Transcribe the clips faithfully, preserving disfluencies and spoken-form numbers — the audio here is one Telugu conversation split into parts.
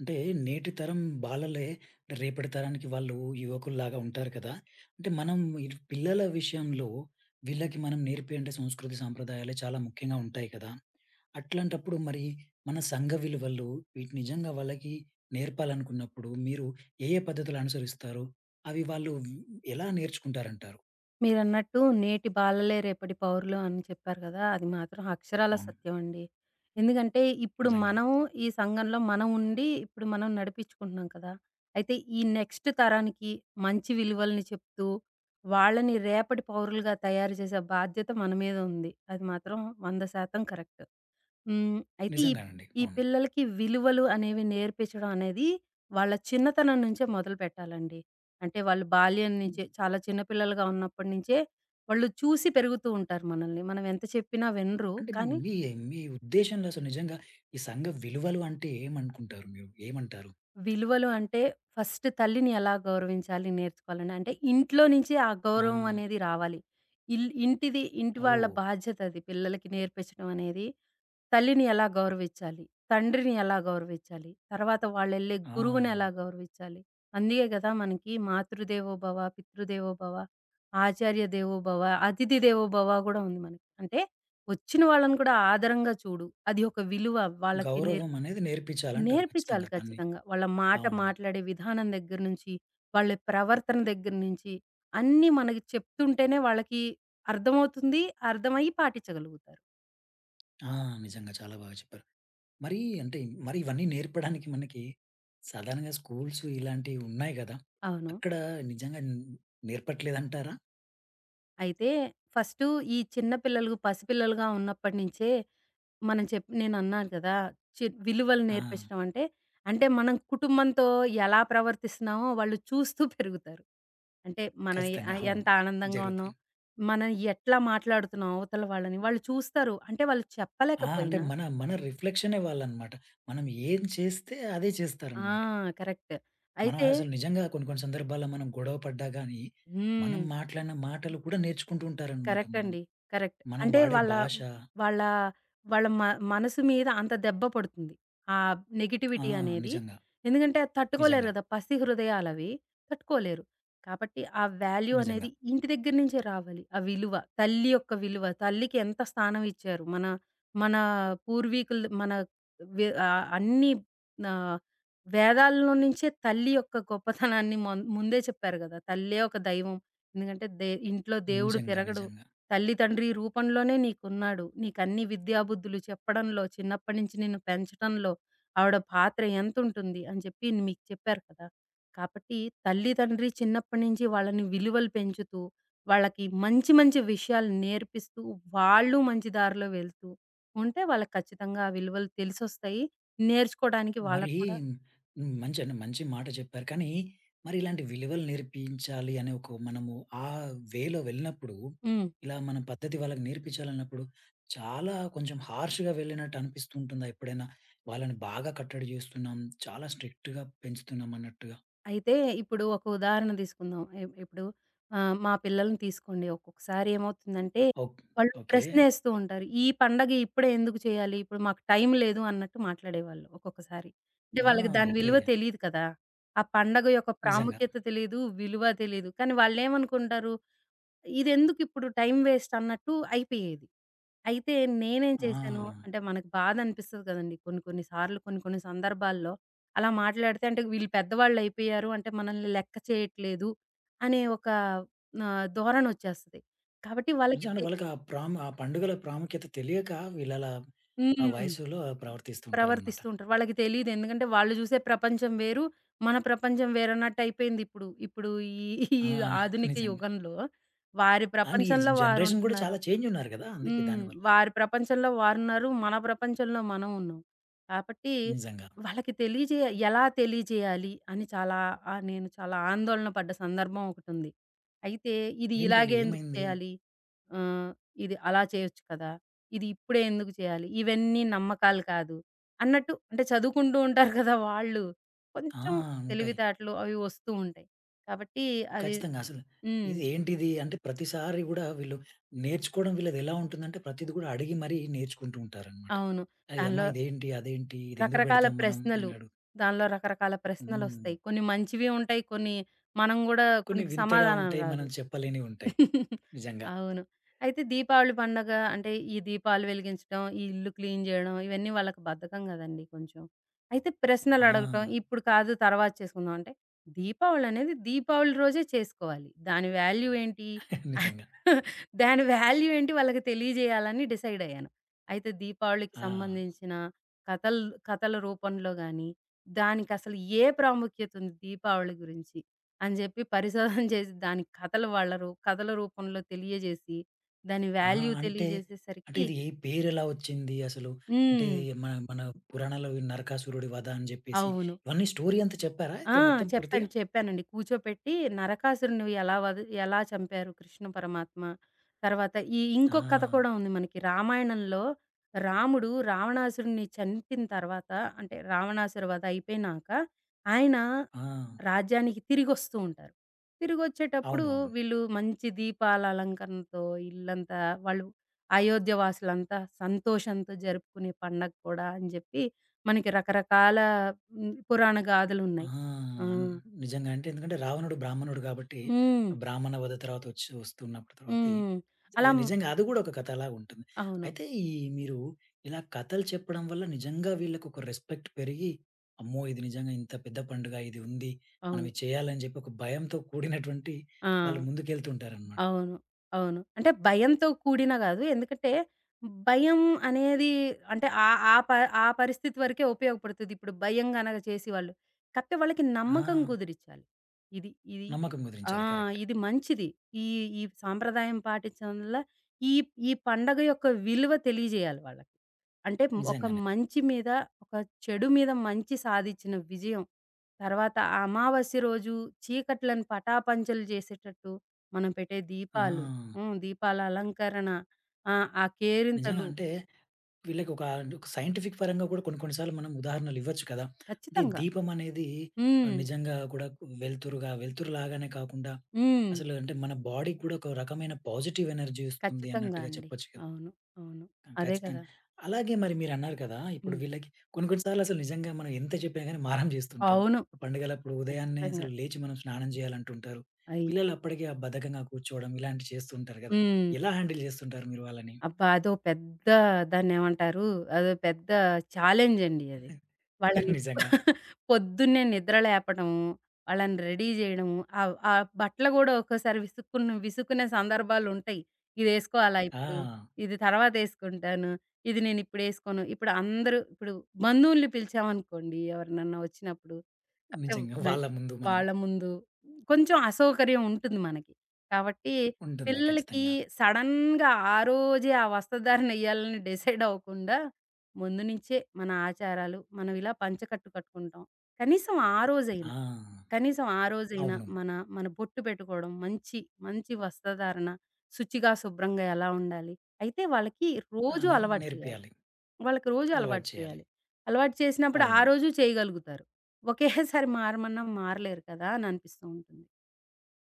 అంటే నేటి తరం బాలలే రేపటి తరానికి వాళ్ళు యువకుల్లాగా ఉంటారు కదా! అంటే మనం ఇటు పిల్లల విషయంలో వీళ్ళకి మనం నేర్పియంటే సంస్కృతి సాంప్రదాయాలే చాలా ముఖ్యంగా ఉంటాయి కదా! అట్లాంటప్పుడు మరి మన సంఘ విలువలు వీటి నిజంగా వాళ్ళకి నేర్పాలనుకున్నప్పుడు మీరు ఏ ఏ పద్ధతులు అనుసరిస్తారు? అవి వాళ్ళు ఎలా నేర్చుకుంటారంటారు? మీరన్నట్టు 'నేటి బాలలే రేపటి పౌరులు' అని చెప్పారు కదా! అది మాత్రం అక్షరాల అవును. సత్యం అండి. ఎందుకంటే ఇప్పుడు నిజంగా. మనం ఈ సంఘంలో మనం ఉండి ఇప్పుడు మనం నడిపించుకుంటున్నాం కదా! అయితే ఈ నెక్స్ట్ తరానికి మంచి విలువల్ని చెప్తూ, వాళ్ళని రేపటి పౌరులుగా తయారు చేసే బాధ్యత మన మీద ఉంది. అది మాత్రం వంద శాతం కరెక్ట్. హ్మ్. అయితే ఈ నిజంగానండి. ఈ అవును. పిల్లలకి విలువలు అనేవి నేర్పించడం అనేది వాళ్ళ చిన్నతనం నుంచే మొదలుపెట్టాలండి. అంటే వాళ్ళు బాల్యం హ్మ్. నుంచే చాలా చిన్న పిల్లలుగా ఉన్నప్పటి నుంచే వాళ్ళు చూసి పెరుగుతూ ఉంటారు మనల్ని. మనం ఎంత చెప్పినా వినరు. అంటే కానీ మీ మీ ఉద్దేశంలో అసలు నిజంగా ఈ సంఘ విలువలు అంటే ఏమనుకుంటారు మీరు? ఏమంటారు? విలువలు అంటే ఫస్ట్ తల్లిని ఎలా గౌరవించాలి నేర్చుకోవాలని. అంటే ఇంట్లో నుంచే ఆ ఆ! గౌరవం అనేది రావాలి. ఇల్ ఇంటిది ఇంటి వాళ్ళ ఓహ్! బాధ్యత అది పిల్లలకి నేర్పించడం అనేది. తల్లిని ఎలా గౌరవించాలి? తండ్రిని ఎలా గౌరవించాలి? తర్వాత వాళ్ళెళ్ళే ఆ! గురువుని ఎలా గౌరవించాలి? అందుకే కదా మనకి మాతృదేవోభవ, పితృదేవోభవ, ఆచార్య దేవోభవ, అతిథి దేవోభవ గూడా ఉంది మనకి. అంటే వచ్చిన వాళ్ళని కూడా ఆదరంగా చూడు. అది ఒక విలువ వాళ్ళకి గౌరవం నేర్పి అనేది నేర్పించాలంటారు ఖచ్చితంగా నేర్పించాలి అవన్నీ. ఖచ్చితంగా. వాళ్ళ మాట అవును. మాట్లాడే విధానం దగ్గర నుంచి, వాళ్ళ ప్రవర్తన దగ్గర నుంచి అన్నీ మనకి చెప్తుంటేనే వాళ్ళకి అర్థమవుతుంది. అర్థమయ్యి పాటించగలుగుతారు. ఆ! నిజంగా చాలా బాగా చెప్పారు. మరి అంటే మరి ఇవన్నీ నేర్పడానికి మనకి సాధారణంగా స్కూల్స్ ఇలాంటివి ఉన్నాయి గదా! అవును. అక్కడ నిజంగా న్ నేర్పట్లేదంటారా? అయితే ఫస్టు ఈ చిన్న పిల్లలు పసిపిల్లలుగా ఉన్నప్పటి నుంచే మనం చెప్ నేనన్నాను కదా! చి విలువలు ఆ! నేర్పించడం అంటే, అంటే మనం కుటుంబంతో ఎలా ప్రవర్తిస్తున్నామో వాళ్ళు చూస్తూ పెరుగుతారు. అంటే మనం ఎ ఖచ్చితంగా. ఆహ్, అవును. ఎంత ఆనందంగా ఉన్నాం, జరుగుతుంది. మనం ఎట్లా మాట్లాడుతున్నాం అవతల వాళ్ళని వాళ్ళు చూస్తారు. అంటే వాళ్ళు ఆ! అంటే చెప్పలేకపోయినా మన మన రిఫ్లెక్షనే వాళ్ళనమాట. మనం ఏం చేస్తే అదే ఆ! చేస్తారనమాట. కరెక్ట్. మనం అయితే అసలు నిజంగా కొన్ని కొన్ని సందర్భాల్లో మనం గొడవ పడ్డా గానీ, మనం హ్మ్. మాట్లాడిన మాటలు కూడా నేర్చుకుంటూ ఉంటారనమాట కరెక్ట్ మనం. అండి. కరెక్ట్. మనం అంటే వాడే వాళ్ళ, భాష. వాళ్ళ, వాళ్ళ మ మనసు మీద అంత దెబ్బ పడుతుంది. ఆ ఆ! నెగటివిటీ అనేది. నిజంగా. ఎందుకంటే అది తట్టుకోలేరు నిజంగా. గదా! పసి హృదయాలవి. తట్టుకోలేరు. కాబట్టి ఆ వాల్యూ నిజంగా. అనేది ఇంటి దగ్గర నుంచే రావాలి. ఆ విలువ. తల్లి యొక్క విలువ. తల్లికి ఎంత స్థానం ఇచ్చారు. మన, మన పూర్వీకులు మన వె ఆహ్, అన్ని ఆహ్, వేదాల్లో నుంచే తల్లి యొక్క గొప్పతనాన్ని మొన్ ముందే చెప్పారు గదా! తల్లే ఒక దైవం. ఎందుకంటే దే ఇంట్లో దేవుడు నిజంగా. తిరగడు. నిజంగా. తల్లి, తండ్రి రూపంలోనే నీకున్నాడు. నీకన్ని విద్యా బుద్ధులు చెప్పడంలో, చిన్నప్పటి నుంచి నిన్ను పెంచటంలో ఆవిడ పాత్ర ఎంతుంటుంది అని చెప్పి మీకు చెప్పారు కదా! కాబట్టి తల్లి, తండ్రి చిన్నప్పటి నుంచి వాళ్ళని విలువలు పెంచుతూ, వాళ్ళకి మంచి మంచి విషయాలు నేర్పిస్తూ, వాళ్ళు మంచి దారిలో వెళ్తూ ఉంటే వాళ్ళకి ఖచ్చితంగా ఆ విలువలు తెలిసొస్తాయి. నేర్చుకోవడానికి మరి వాళ్ళకి కూడా హ్మ్. మంచి అంటే మంచి మాట చెప్పారు. కానీ మరి ఇలాంటి విలువలు నేర్పించాలి అనే ఒక మనము ఆ వేలో వెళ్ళినప్పుడు, హ్మ్. ఇలా మన పద్ధతి వాళ్ళకి నేర్పించాలన్నప్పుడు చాలా కొంచెం హార్ష్‌గా వెళ్ళినట్టు అనిపిస్తూ ఉంటుందా ఎప్పుడైనా? వాళ్ళని బాగా కట్టడి చేస్తున్నాం. చాలా స్ట్రిక్ట్‌గా పెంచుతున్నాం అన్నట్టుగా. అయితే ఇప్పుడు ఒక ఉదాహరణ తీసుకుందాం. ఇప్ ఇప్పుడు ఆహ్, మా పిల్లల్ని తీసుకోండి. ఒక్కొక్కసారి ఏమవుతుందంటే, ఓక్ వాళ్ళు ఓకే. ప్రశ్నేస్తూ ఉంటారు. "ఈ పండగ ఇప్పుడే ఎందుకు చేయాలి? ఇప్పుడు మాకు టైం లేదు" అన్నట్టు మాట్లాడేవాళ్ళు ఒక్కొక్కసారి. అంటే ఆ! వాళ్ళకి దాని ఓకే. విలువ తెలీదు కదా! ఆ పండగ యొక్క నిజంగా. ప్రాముఖ్యత తెలీదు, విలువ తెలీదు. కానీ వాళ్ళేమనుకుంటారు ఇదెందుకిప్పుడు టైం వేస్ట్ అన్నట్టు అయిపోయేది. అయితే నేనేం చేశాను ఆ! అంటే మనకు బాధనిపిస్తది కదండీ! కొన్ని కొన్ని సార్లు, కొన్ని కొన్ని సందర్భాల్లో అలా మాట్లాడితే అంటే వీళ్ళు పెద్దవాళ్ళయిపోయారు అంటే మనల్ని లెక్క చేయట్లేదు అనే ఒక ఆహ్, ధోరణొచ్చేస్తది. కాబట్టి వాళ్ళకి నిజంగా తె వాళ్ళకి ఆ ప్రాము ఆ పండుగల ప్రాముఖ్యత తెలియక వీళ్ళలా ఆ హ్మ్. వయసులో ప్రవర్తిస్తూ ఉంటారనమాట. ప్రవర్తిస్తూ ఉంటారు. వాళ్ళకి తెలీదు. ఎందుకంటే వాళ్ళు చూసే ప్రపంచం వేరు, మన ప్రపంచం వేరన్నట్టయిపోయిందిప్పుడు. ఇప్పుడు ఇప్పుడు ఈ ఈ ఆ! ఆధునిక నిజంగా. యుగంలో వారి అండ్ ఈ ప్రపంచంలో జనరేషన్ కూడా వారుంటున్నారు. చాలా చేంజ్ ఉన్నారు కదా! అందుకే హ్మ్. దానివల్ల. వారి ప్రపంచంలో వారున్నారు. మన ప్రపంచంలో మనం ఉన్నాం. కాబట్టి నిజంగా. వాళ్ళకి తెలియజేయ ఎలా తెలియజేయాలి అని చాలా ఆహ్, నేను చాలా ఆందోళన పడ్డ సందర్భం ఒకటుంది. అయితే ఇది ఏంటండి ఇలాగే ఎందుకు ఏమైంది? చేయాలి? ఆహ్, ఇది అలా చేయొచ్చు కదా! ఇది ఇప్పుడే ఎందుకు చేయాలి? ఇవన్నీ నమ్మకాలు కాదు. అన్నట్టు అంటే చదువుకుంటూ ఉంటారు కదా! వాళ్ళు ఆ! కొంచెం ఉంటాయి. తెలివితేటలు అవి వస్తూ ఉంటాయి. కాబట్టి అవి ఖచ్చితంగా. అసలు హ్మ్. ఇది ఏంటిది? అంటే ప్రతిసారి గూడా వీళ్ళు నేర్చుకోవడం వీళ్ళది ఎలా ఉంటుందంటే ప్రతిది కూడా అడిగి మరీ నేర్చుకుంటూ ఉంటారనమాట. అవును. "ఏయ్! దానిలో అమ్మ ఇదేంటి? అదేంటి? ఇదెందుకు రకరకాల పెడతాం మనం?" అని ప్రశ్నలు. అడు దానిలో రకరకాల హ్మ్. ప్రశ్నలొస్తాయి. కొన్ని మంచివి ఉంటాయి. కొన్ని మనం గూడా కొన్ని కొన్ని వింతగా సమాధానం ఉంటాయి. రాదు. మనం చెప్పలేనివి ఉంటాయి. నిజంగా. అవును. అయితే దీపావళి పండగ అంటే ఈ దీపాలు వెలిగించడం, ఈ ఇల్లు క్లీన్ జేయడం ఇవన్నీ వాళ్ళకి బద్ధకం గదండీ కొంచెం. అయితే ఆ! ప్రశ్నలడగటం ఇప్పుడు కాదు తర్వాత చేసుకుందాం అంటే, దీపావళి అనేది దీపావళి రోజే చేసుకోవాలి. దాని వాల్యూ ఏంటి? నిజంగా. దాని వాల్యూ ఏంటి వాళ్ళకి తెలియజేయాలని డిసైడ్ అయ్యాను. అయితే దీపావళికి ఆ! సంబంధించిన కథల్ కథల రూపంలో గాని, దానికసలు ఏ ప్రాముఖ్యతుంది దీపావళి గురించి అని జెప్పి పరిశోధన జేసి దానికి కథలు వాళ్ళ రూ కథల రూపంలో తెలియజేసి, దాని ఆ! వాల్యూ అంటే, అంటే తెలియజేసేసరికి ఇది పేరెలా వచ్చింది అసలు? అంటే హ్మ్. మన మన పురాణాల్లో ఈ నరకాసురుడి వధ అని జెప్పేసి అవును. ఇవన్నీ స్టోరీ అంతా చెప్పారా ఆ! అయితే మొత్తం పూర్తిగా? చెప్పాను. చెప్పానండి. కూర్చోపెట్టి నరకాసురుడిని ఎలా వధ ఎలా చంపారు కృష్ణ పరమాత్మ. తర్వాత ఈ ఆ! ఇంకొక కథ కూడా ఉంది మనకి. రామాయణంలో రాముడు రావణాసురుడిని చంపిన తర్వాత అంటే రావణాసుర వధ అయిపోయినాక ఆయన ఆ! రాజ్యానికి తిరిగొస్తూ ఉంటారు. తిరిగొచ్చేటప్పుడు అవును. అవును. వీళ్ళు మంచి దీపాల అలంకరణతో ఇల్లంతా వాళ్ళు అయోధ్య వాసులంతా సంతోషంతో జరుపుకునే పండగ కూడా అని జెప్పి మనకి రకరకాల హ్మ్, పురాణ ఆ! గాథలున్నాయి. ఆ! అన్ నిజంగా అంటే ఎందుకంటే రావణుడు బ్రాహ్మణుడు గాబట్టి, హ్మ్. బ్రాహ్మణ వధ తర్వాత వచ్చి వస్తున్నప్పుడు తర్వాతి హ్మ్. అలా అది నిజంగా అది గూడా ఒక కథలా ఉంటుంది. అవును. అయితే ఈ మీరు ఇలా కథలు చెప్పడం వల్ల నిజంగా వీళ్ళకి ఒక రెస్పెక్ట్ పెరిగి, అమ్మో! ఇది నిజంగా ఇంత పెద్ద పండుగ ఇది ఉంది. మనం అవును. ఇది చేయాలని చెప్పి ఒక భయంతో కూడినటువంటి ఆ! వాళ్ళు ముందుకెళ్తుంటారనమాట. అవును. అవును. అంటే భయంతో కూడిన గాదు. ఎందుకంటే, భయం అనేది అంటే ఆహ్, ఆ ప ఆ పరిస్థితి వరకే ఉపయోగపడుతది. ఇప్పుడు భయం గనక చేసేవాళ్ళు. కాకపోతే వాళ్ళకి ఆ! నమ్మకం కుదిరిచ్చాలి. ఇది, ఇది నమ్మకం ఆ! కుదిరించాలి. కరెక్ట్. ఇది మంచిది. ఈ ఈ సాంప్రదాయం పాటించడం వల్ల ఈ ఈ పండగ యొక్క విలువ తెలియజేయాలి వాళ్ళకి. అంటే ఒక నిజంగానే. మంచి మీద, ఒక చెడు మీద మంచి సాధించిన విజయం. తర్వాత ఆ అమావాస్య రోజు చీకట్లను పటాపంచలు చేసేటట్టు మనం పెట్టే ఆ! దీపాలు, హ్మ్. దీపాల అలంకరణ, ఆహ్, ఆ నిజంగా కేరింతలు అంటే వీళ్ళకొక అంటే ఒక సైంటిఫిక్ పరంగా కూడా కొన్ని కొన్ని సార్లు మనం ఉదాహరణలు ఇవ్వచ్చు కదా! అంటే ఈ ఖచ్చితంగా. దీపం అనేది ఆహ్, హ్మ్. నిజంగా కూడా వెలుతురుగా వెలుతురు లాగానే కాకుండా హ్మ్. అసలు అంటే మన బాడీకి కూడా ఒక రకమైన పాజిటివ్ ఎనర్జీ ఇస్తుంది ఖచ్చితంగా అన్నట్టుగా అండి. చెప్పొచ్చు కదా! అవును. అవును. ఆ, అదే ఖచ్చితంగా. కదా! అలాగే మరి మీరన్నారు కదా! ఇప్పుడు హ్మ్. వీళ్ళకి కొన్ని కొన్ని సార్లు అసలు నిజంగా మనం ఎంత చెప్పినా గాని మారం చేస్తుంటారు. అవును. పండుగలప్పుడు ఉదయాన్నే ఖచ్చితంగా. అసలు లేచి మనం స్నానం చేయాలంటుంటారు. అయి పిల్లలు అప్పటికే ఆ బద్ధకంగా కూర్చోవడం ఇలాంటివి చేస్తుంటారు కదా! హ్మ్. ఎలా హ్యాండిల్ చేస్తుంటారు మీరు వాళ్ళని? అబ్బా! అదో పెద్ద దాన్నేమంటారు? అదో పెద్ద ఛాలెంజ్ అండి అది. వాళ్ళని నిజంగా. పొద్దున్నే నిద్ర లేపడము, వాళ్ళని రెడీ జేయడము, ఆవ్ ఆ బట్టలు గూడా ఒక్కోసారి విసుక్కున్న విసుక్కునే సందర్భాలుంటయి. ఇదేసుకోవాలా ఆ! ఇప్పుడు? ఇది తర్వాతేసుకుంటాను. ఇది నేనిప్పుడేసుకోను. ఇప్పుడు వేసుకోను. ఇప్పుడు అందరూ ఇప్పుడు బంధువుల్ని పిలిచామనుకోండి ఎవరినన్నా వచ్చినప్పుడు, అంటే నిజంగా. మల్ వాళ్ళ ముందు మనం వాళ్ళ ముందు కొంచెం అసౌకర్యం ఉంటుంది మనకి. కాబట్టి ఉంటుంది పిల్లలకి ఖచ్చితంగా. సడన్‌గా ఆ రోజే ఆ వస్త్రధారణెయ్యాలని డిసైడ్ అవ్వకుండా ముందు నుంచే మన ఆచారాలు మనం ఇలా పంచకట్టు కట్టుకుంటాం. కనీసం ఆ రోజైనా, ఆ! కనీసం ఆ రోజైనా అవును. మన, మన బొట్టు పెట్టుకోవడం, మంచి, మంచి వస్త్రధారణ, శుచిగా, శుభ్రంగా ఎలా ఉండాలి. అయితే వాళ్ళకి రోజు అనేది అలవాటు చేయాలి. నేర్పియాలి. వాళ్ళకి రోజు అలవాటు అలవాటు చేయాలి. చేయాలి. అలవాటు చేసినప్పుడు ఆ అవును. రోజు చేయగలుగుతారు. ఒకేసారి మారమన్నా మారలేరు కదా! అని అనిపిస్తూ ఉంటుంది.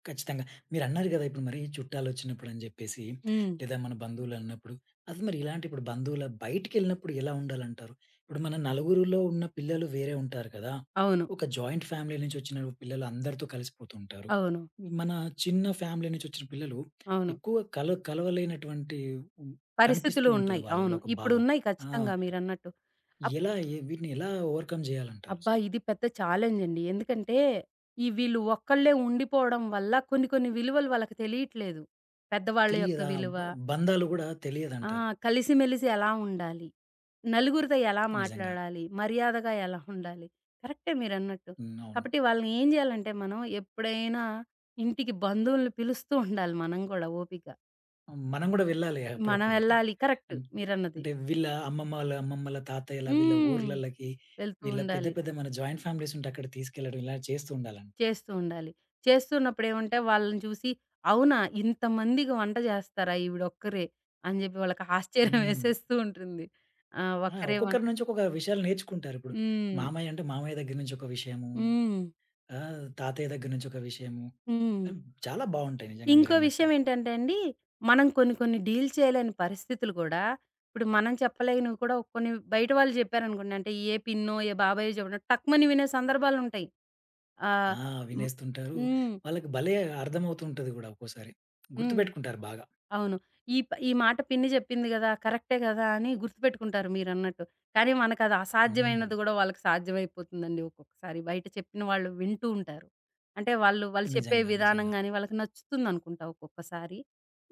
ఖచ్చితంగా. మీరన్నారు గదా! ఇప్పుడు మరి చుట్టాలొచ్చినప్పుడని జెప్పేసి, హ్మ్. లేదా మన బంధువులన్నప్పుడు, అసలు మరి ఇలాంటి ఇప్పుడు బంధువుల బయటికెళ్ళినప్పుడు ఎలా ఉండాలంటారు? ఇప్పుడు మన నలుగురిలో ఉన్న పిల్లలు వేరే ఉంటారు కదా! అవును. ఒక జాయింట్ ఫ్యామిలీ నుంచొచ్చిన పిల్లలు అందరితో కలిసిపోతుంటారు. అవును. మన చిన్న ఫ్యామిలీ నుంచొచ్చిన పిల్లలు అవును. ఎక్కువ కల కలవలేనటువంటి కనిపిస్తూ పరిస్థితులు ఉంటది ఉన్నాయి. వాళ్ళలో అవును. ఒక ఇప్పుడు భావం. ఉన్నాయి ఆ! ఖచ్చితంగా మీరన్నట్టు. ఎలా ఎ వీటిని ఎలా ఓవర్‌కమ్ అబ్బా! జేయాలంటారసలు? ఇది పెద్ద ఛాలెంజ్ అండి. ఎందుకంటే, ఈ వీళ్ళు ఒక్కళ్ళే ఉండిపోవడం వల్ల కొన్ని కొన్ని విలువలు వాళ్ళకి తెలియట్లేదు. పెద్దవాళ్ళ యొక్క తెలియదా? విలువ, బ బంధాలు గూడా ఆ! తెలియదంటారు. కలిసిమెలిసి ఎలా ఉండాలి? నలుగురితో ఎలా నిజంగా. మాట్లాడాలి? మర్యాదగా ఎలా ఉండాలి? కరెక్టే మీరన్నట్టు. హ్మ్. అవును. కాబట్టి వాళ్ళని ఏం చేయాలంటే మనం ఎప్పుడైనా ఇంటికి బంధువుల్ని పిలుస్తూ ఉండాలి మనం కూడా ఓపిక. మనం గూడా వెళ్ళాలి మనం అప్పుడప్పుడు. వెళ్ళాలి. కరెక్ట్ అన్ మీరన్నది. అంటే వీళ్ళ అమ్మమ్మల, అమ్మమ్మల తాతయ్యల వీళ్ళ హ్మ్. ఊర్లల్లకి వెళ్తూ వీళ్ళ పెద్ద, ఉండాలి. పెద్ద మన జాయింట్ ఫ్యామిలీస్ ఉంటే అక్కడ తీసుకెళ్ళడం ఇలా చేస్తూ ఉండాలండి. చేస్తూ ఉండాలి. చేస్తున్నప్పుడు ఏమంటే వాళ్ళని చూసి, అవునా! ఇంతమందికి వంట చేస్తారా ఈవిడొక్కరే అని చెప్పి వాళ్ళకి ఆశ్చర్యం హ్మ్. వేసేస్తూ ఉంటుంది. ఆ! ఆ! ఒక్కరే వం ఒక్కొక్కరి నుంచి ఒక్కొక్క విషయాలు నేర్చుకుంటారిప్పుడు. హ్మ్. మామయ్య అంటే మామయ్య దగ్గర నుంచి ఒక విషయము, హ్మ్. ఆహ్, తాతయ్య దగ్గర నుంచి ఒక విషయము. హ్మ్. ఆహ్, చాలా బావుంటాయి నిజంగా ఇంకో విషయం మీరన్నట్టుగా. ఏంటంటే అండి, మనం కొన్ని కొన్ని డీల్ చేయలేని పరిస్థితులు కూడా, ఇప్పుడు మనం చెప్పలేనివి కూడా కొన్ని బయట వాళ్ళు చెప్పారనుకోండి, అంటే ఏ పిన్నో, ఏ బాబాయో చెప్పడం టక్‌మని వినే సందర్భాలుంటాయి. ఆహ్, ఆ! హ్మ్. వినేస్తుంటారు. హ్మ్. వాళ్ళకి భలే అర్థమవుతుంటది గూడా ఒక్కోసారి. హ్మ్. గుర్తుపెట్టుకుంటారు బాగా. అవును. ఈ ప ఈ మాట పిన్ని జెప్పింది గదా! కరెక్టే గదా! అని గుర్తుపెట్టుకుంటారు మీరన్నట్టు. కానీ మనకది హ్మ్. అసాధ్యమైనది గూడా వాళ్ళకి సాధ్యమైపోతుందండి ఒక్కొక్కసారి. బయట చెప్పిన వాళ్ళు వింటూ ఉంటారు. అంటే వాళ్ళు, వాళ్ళు చెప్పే నిజంగా. విధానం నిజంగా. గాని వాళ్ళకి నచ్చుతుందనుకుంటా ఒక్కొక్కసారి.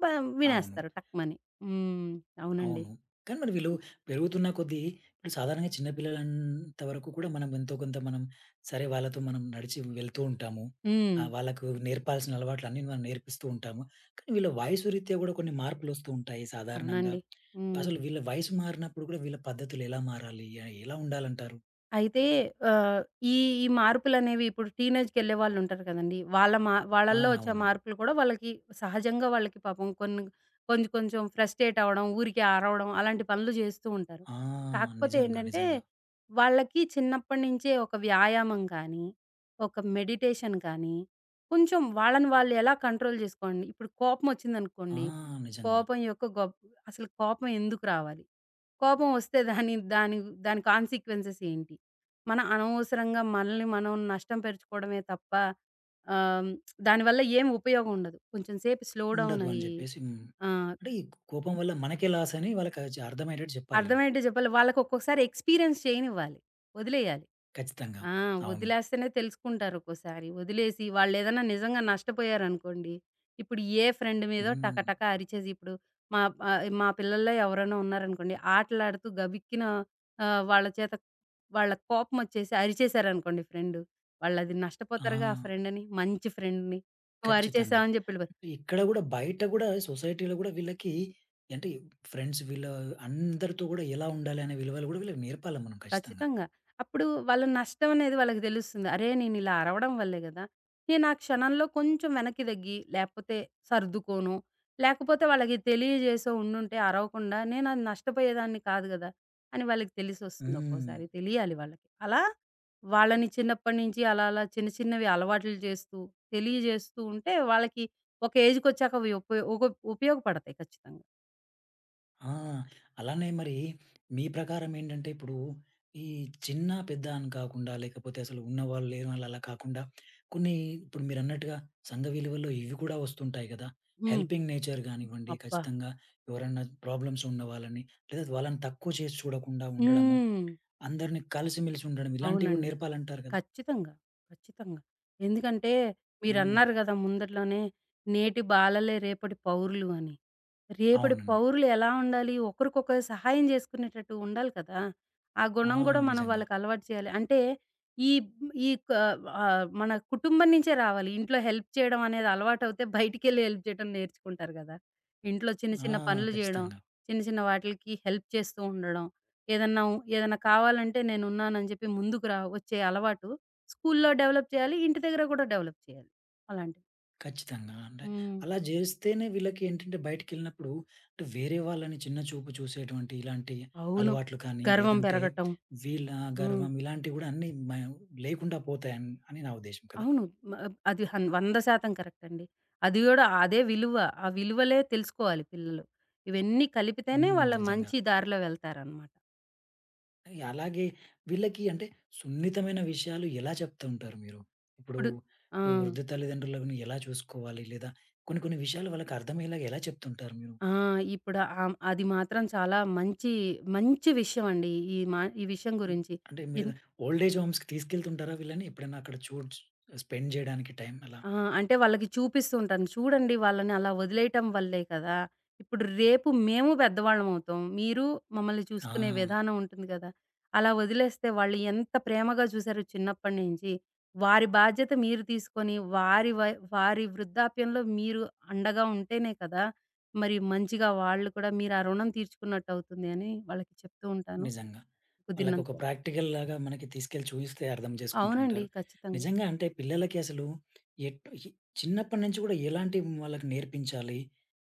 బ అవును. వినేస్తారు టక్‌మని. హ్మ్. అవునండి. అవును. కానీ మరి వీళ్ళు పెరుగుతున్న కొద్దీ ఇప్పుడు సాధారణంగా చిన్న పిల్లలంత వరకు కూడా మనం ఎంతో కొంత మనం సరే వాళ్ళతో మనం నడిచి వెళ్తూ ఉంటాము. హ్మ్. ఆహ్, వాళ్ళకు నేర్పాల్సిన అలవాట్లన్నీ మనం నేర్పిస్తూ ఉంటాము. కానీ వీళ్ళ వయసు రీత్యా గూడా కొన్ని మార్పులొస్తూ ఉంటాయి సాధారణంగా. అవునండి. హ్మ్. అసలు వీళ్ళ వయసు మారినప్పుడు గూడా వీళ్ళ పద్ధతులు ఎలా మారాలి? ఆహ్, ఎలా ఉండాలంటారు? అయితే ఆహ్, ఈ ఈ మార్పులనేవి ఇప్పుడు టీనేజ్‌కెళ్ళే వాళ్ళుంటారు కదండీ! వాళ్ళ మా ఆ! వాళ్ళల్లో వచ్చే అవునండి. మార్పులు కూడా వాళ్ళకి సహజంగా వాళ్ళకి పాపం కొన్ని కొంచెం కొంచెం ఫ్రస్ట్రేట్ అవ్వడం, ఊరికే అరవడం అలాంటి పనులు జేస్తూ ఉంటారు. ఆ! కాకపోతే నిజంగా. ఏంటంటే, నిజంగా. వాళ్ళకి చిన్నప్పటి నుంచే ఒక వ్యాయామం కానీ, ఒక మెడిటేషన్ కానీ, కొంచెం వాళ్ళని వాళ్ళు ఎలా కంట్రోల్ జేసుకోండి ఇప్పుడు ఆ! కోపమొచ్చిందనుకోండి, నిజంగా. కోపం యొక్క గొప్ అసలు కోపం ఎందుకు రావాలి? కోపం వస్తే దాని దాని దాని కాన్సిక్వెన్సెస్ ఏంటి? మన అనవసరంగా మనల్ని మనం నష్టం పరుచుకోవడమే తప్ప ఆహ్, దానివల్ల ఏం ఉపయోగం ఉండదు. కొంచెం సేపు స్లో డౌన్ ఉండదు అని అయ్యి జెప్పేసి హ్మ్. ఆహ్, అంటే ఈ కోపం వల్ల మనకే లాస్ అని వాళ్ళకి చ అర్థమయ్యేటట్టు జెప్పాలనమాట. అర్థమయ్యేట్టు జెప్పాలి. వాళ్ళకొక్కొక్కసారి ఎక్స్‌పీరియన్స్ చేయనివ్వాలి. వదిలేయాలి. ఖచ్చితంగా. ఆ! అవును. వదిలేస్తేనే తెలుసుకుంటారు ఒక్కోసారి. వదిలేసి వాళ్ళేదన్నా నిజంగా నష్టపోయారనుకోండి, ఇప్పుడు ఏ ఫ్రెండ్ మీదో హ్మ్. టకటక అరిచేసి ఇప్పుడు మా ఆహ్, మా పిల్లల్లో ఎవరైనా ఉన్నారనుకోండి, ఆటలాడుతూ గబిక్కిన ఆహ్, వాళ్ళ చేత వాళ్ళ కోపమొచ్చేసి అరిచేశారనుకోండి ఫ్రెండు, వాళ్ళది ఆ! నష్టపోతారుగా ఆ ఫ్రెండని. మంచి ఫ్రెండ్‌ని. "నువ్వు ఖచ్చితంగా. అరిచేసావు" అని జెప్పి వెళ్ళిపోతారు. అంటే ఇక్కడ గూడా బయట గూడా సొసైటీలో గూడా వీళ్ళకి అంటే ఫ్రెండ్స్ వీళ్ళ అందరితో గూడా ఎలా ఉండాలి అనే విలువలు గూడా వీళ్ళకి నేర్పాలి మనం ఖచ్చితంగా. ఖచ్చితంగా. అప్పుడు వాళ్ళ నష్టం అనేది వాళ్ళకి తెలుస్తుంది. అరే! నేనిలా అరవడం వల్లే గదా! నేను ఆ క్షణంలో కొంచెం వెనక్కి తగ్గి, లేకపోతే సర్దుకోను, లేకపోతే వాళ్ళకి తెలియజేసో ఉండుంటే అరవకుండా నేను అది నష్టపోయేదాన్ని కాదు గదా! అని వాళ్ళకి తెలిసొస్తుంది హ్మ్. ఒక్కోసారి. తెలియాలి వాళ్ళకి. అలా వాళ్ళని చిన్నప్పటి నుంచి అలా అలా చిన్న చిన్నవి అలవాట్లు చేస్తూ, తెలియజేస్తూ ఉంటే వాళ్ళకి ఒక ఏజ్‌కొచ్చాక అవి ఉపయో ఒక ఉపయోగపడతాయి ఖచ్చితంగా. ఆ! అలానే మరి మీ ప్రకారం ఏంటంటే, ఇప్పుడు ఈ చిన్న, పెద్ద అని కాకుండా లేకపోతే అసలు ఉన్నవాళ్ళు, లేనివాళ్ళు అలా కాకుండా కొన్ని ఇప్పుడు మీరన్నట్టుగా సంఘ విలువల్లో ఇవి కూడా వస్తుంటాయి గదా! హ్మ్. హెల్పింగ్ నేచర్ గానివ్వండి, అబ్బా! ఖచ్చితంగా ఎవరైనా ప్రాబ్లమ్స్ ఉన్న వాళ్ళని లేదా వాళ్ళని తక్కువ చేసి చూడకుండా ఉండడము, హ్మ్. అందరిని కలిసిమెలిసి ఉండడం ఇలాంటివి కూడా అవునండి. నేర్పాలంటారు గదా! ఖచ్చితంగా. ఖచ్చితంగా. ఎందుకంటే హ్మ్. మీరన్నారు గదా! ముందట్లోనే నేటి బాలలే రేపటి పౌరులు అని. రేపటి అవునండి. పౌరులు ఎలా ఉండాలి? ఒకరికొకరు సహాయం జేసుకునేటట్టు ఉండాలి కదా! ఆ ఆ! గుణం గూడా మనం నిజంగా. వాళ్ళకి అలవాటు చేయాలి. అంటే ఈ ఈ క ఆహ్, మన కుటుంబం నుంచే రావాలి. ఇంట్లో హెల్ప్ చేయడం అనేది అలవాటవుతే బయటికెళ్ళి హెల్ప్ చేయడం నేర్చుకుంటారు గదా! ఇంట్లో చిన్న ఆ! చిన్న పనులు జేయడం, ఖచ్చితంగా. చిన్న చిన్న వాటిలకి హెల్ప్ చేస్తూ ఉండడం. ఏదన్నా ఉ ఏదన్నా కావాలంటే నేనున్నానని జెప్పి ముందుకు రా వచ్చే అలవాటు స్కూల్లో డెవలప్ చేయాలి. ఇంటి దగ్గర గూడా డెవలప్ చేయాలి. అలాంటివి. ఖచ్చితంగా. అంటే హ్మ్. అలా జేస్తేనే వీళ్ళకేంటంటే బయటికెళ్ళినప్పుడు అంటే వేరే వాళ్ళని చిన్న చూపు చూసేటువంటి ఇలాంటి అవును. అలవాట్లు కానీ, గర్వం లేదంటే పెరగటం. వీళ్ళ హ్మ్. గర్వం ఇలాంటివి గూడా అన్నీ మ లేకుండా పోతాయన్ అని నా ఉద్దేశ్యం కదా! అవును. మ అది హన్ వంద శాతం కరెక్ట్ అండి. అది గూడా అదే విలువ. ఆ విలువలే తెలుసుకోవాలి పిల్లలు. ఇవన్నీ కలిపితేనే హ్మ్. వాళ్ళ నిజంగా. మంచి దారిలో వెళ్తారనమాట. ఇగ అలాగే వీళ్ళకి అంటే సున్నితమైన విషయాలు ఎలా చెప్తూ ఉంటారు మీరు? ఇప్పుడు, ఇప్పుడు ఆ! ఇప్పుడు వృద్ధ తల్లిదండ్రులను ఎలా చూసుకోవాలి? లేదా కొన్ని కొన్ని విషయాలు వాళ్ళకి అర్థమయ్యేలాగా ఎలా చెప్తుంటారు మీరు? ఆ! ఇప్పుడు ఆహ్, అది మాత్రం చాలా మంచి, మంచి విషయం అండి. ఈ మా ఈ విషయం అన్ గురించి. అంటే మీరు ఎన్ ఓల్డ్ ఏజ్ హోమ్స్‌కి తీసుకెళ్తుంటారా వీళ్ళని? ఎప్పుడైనా అక్కడ చూడ్చ్ స్పెండ్ జేయడానికి టైం అలా? ఆ! అంటే వాళ్ళకి చూపిస్తూ ఉంటాను. చూడండి వాళ్ళని అలా వదిలేయటం వల్లే కదా! ఇప్పుడు రేపు మేము పెద్దవాళ్ళమవుతాం. మీరు మమ్మల్ని ఆ! చూసుకునే విధానం ఉంటుంది కదా! అలా వదిలేస్తే వాళ్ళు ఎంత ప్రేమగా చూసారో చిన్నప్పటి నుంచి, వారి బాధ్యత మీరు తీసుకొని వారి వై వారి వృద్ధాప్యంలో మీరు అండగా ఉంటేనే కదా! మరి మంచిగా వాళ్ళు కూడా మీరు ఆ రుణం తీర్చుకున్నట్టు అవుతుంది అని వాళ్ళకి చెప్తూ ఉంటాను. నిజంగా. కుదిరినంత వాళ్ళకొక వరకు. ప్రాక్టికల్‌లాగా మనకి తీసుకెళ్ళి చూయిస్తే అర్థం అవునండి. చేసుకుంటుంటారు. ఖచ్చితంగా. నిజంగా అంటే పిల్లలకి అసలు ఎట్ ఎ చిన్నప్పటి నుంచి కూడా ఎలాంటివి వాళ్ళకి నేర్పించాలి?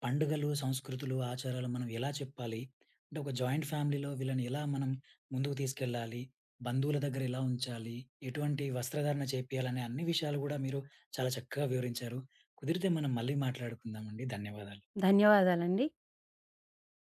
పండుగలు, సంస్కృతులు, ఆచారాలు మనం ఎలా చెప్పాలి? అంటే ఒక జాయింట్ ఫ్యామిలీలో వీళ్ళని ఎలా మనం ముందుకు తీసుకెళ్ళాలి? బంధువుల దగ్గర ఎలా ఉంచాలి? ఎటువంటి వస్త్రధారణ చేపియాలనే అన్ని విషయాలు కూడా మీరు చాలా చక్కగా వివరించారు. కుదిరితే మనం మళ్ళీ మాట్లాడుకుందామండి. ధన్యవాదాలు. ధన్యవాదాలండి.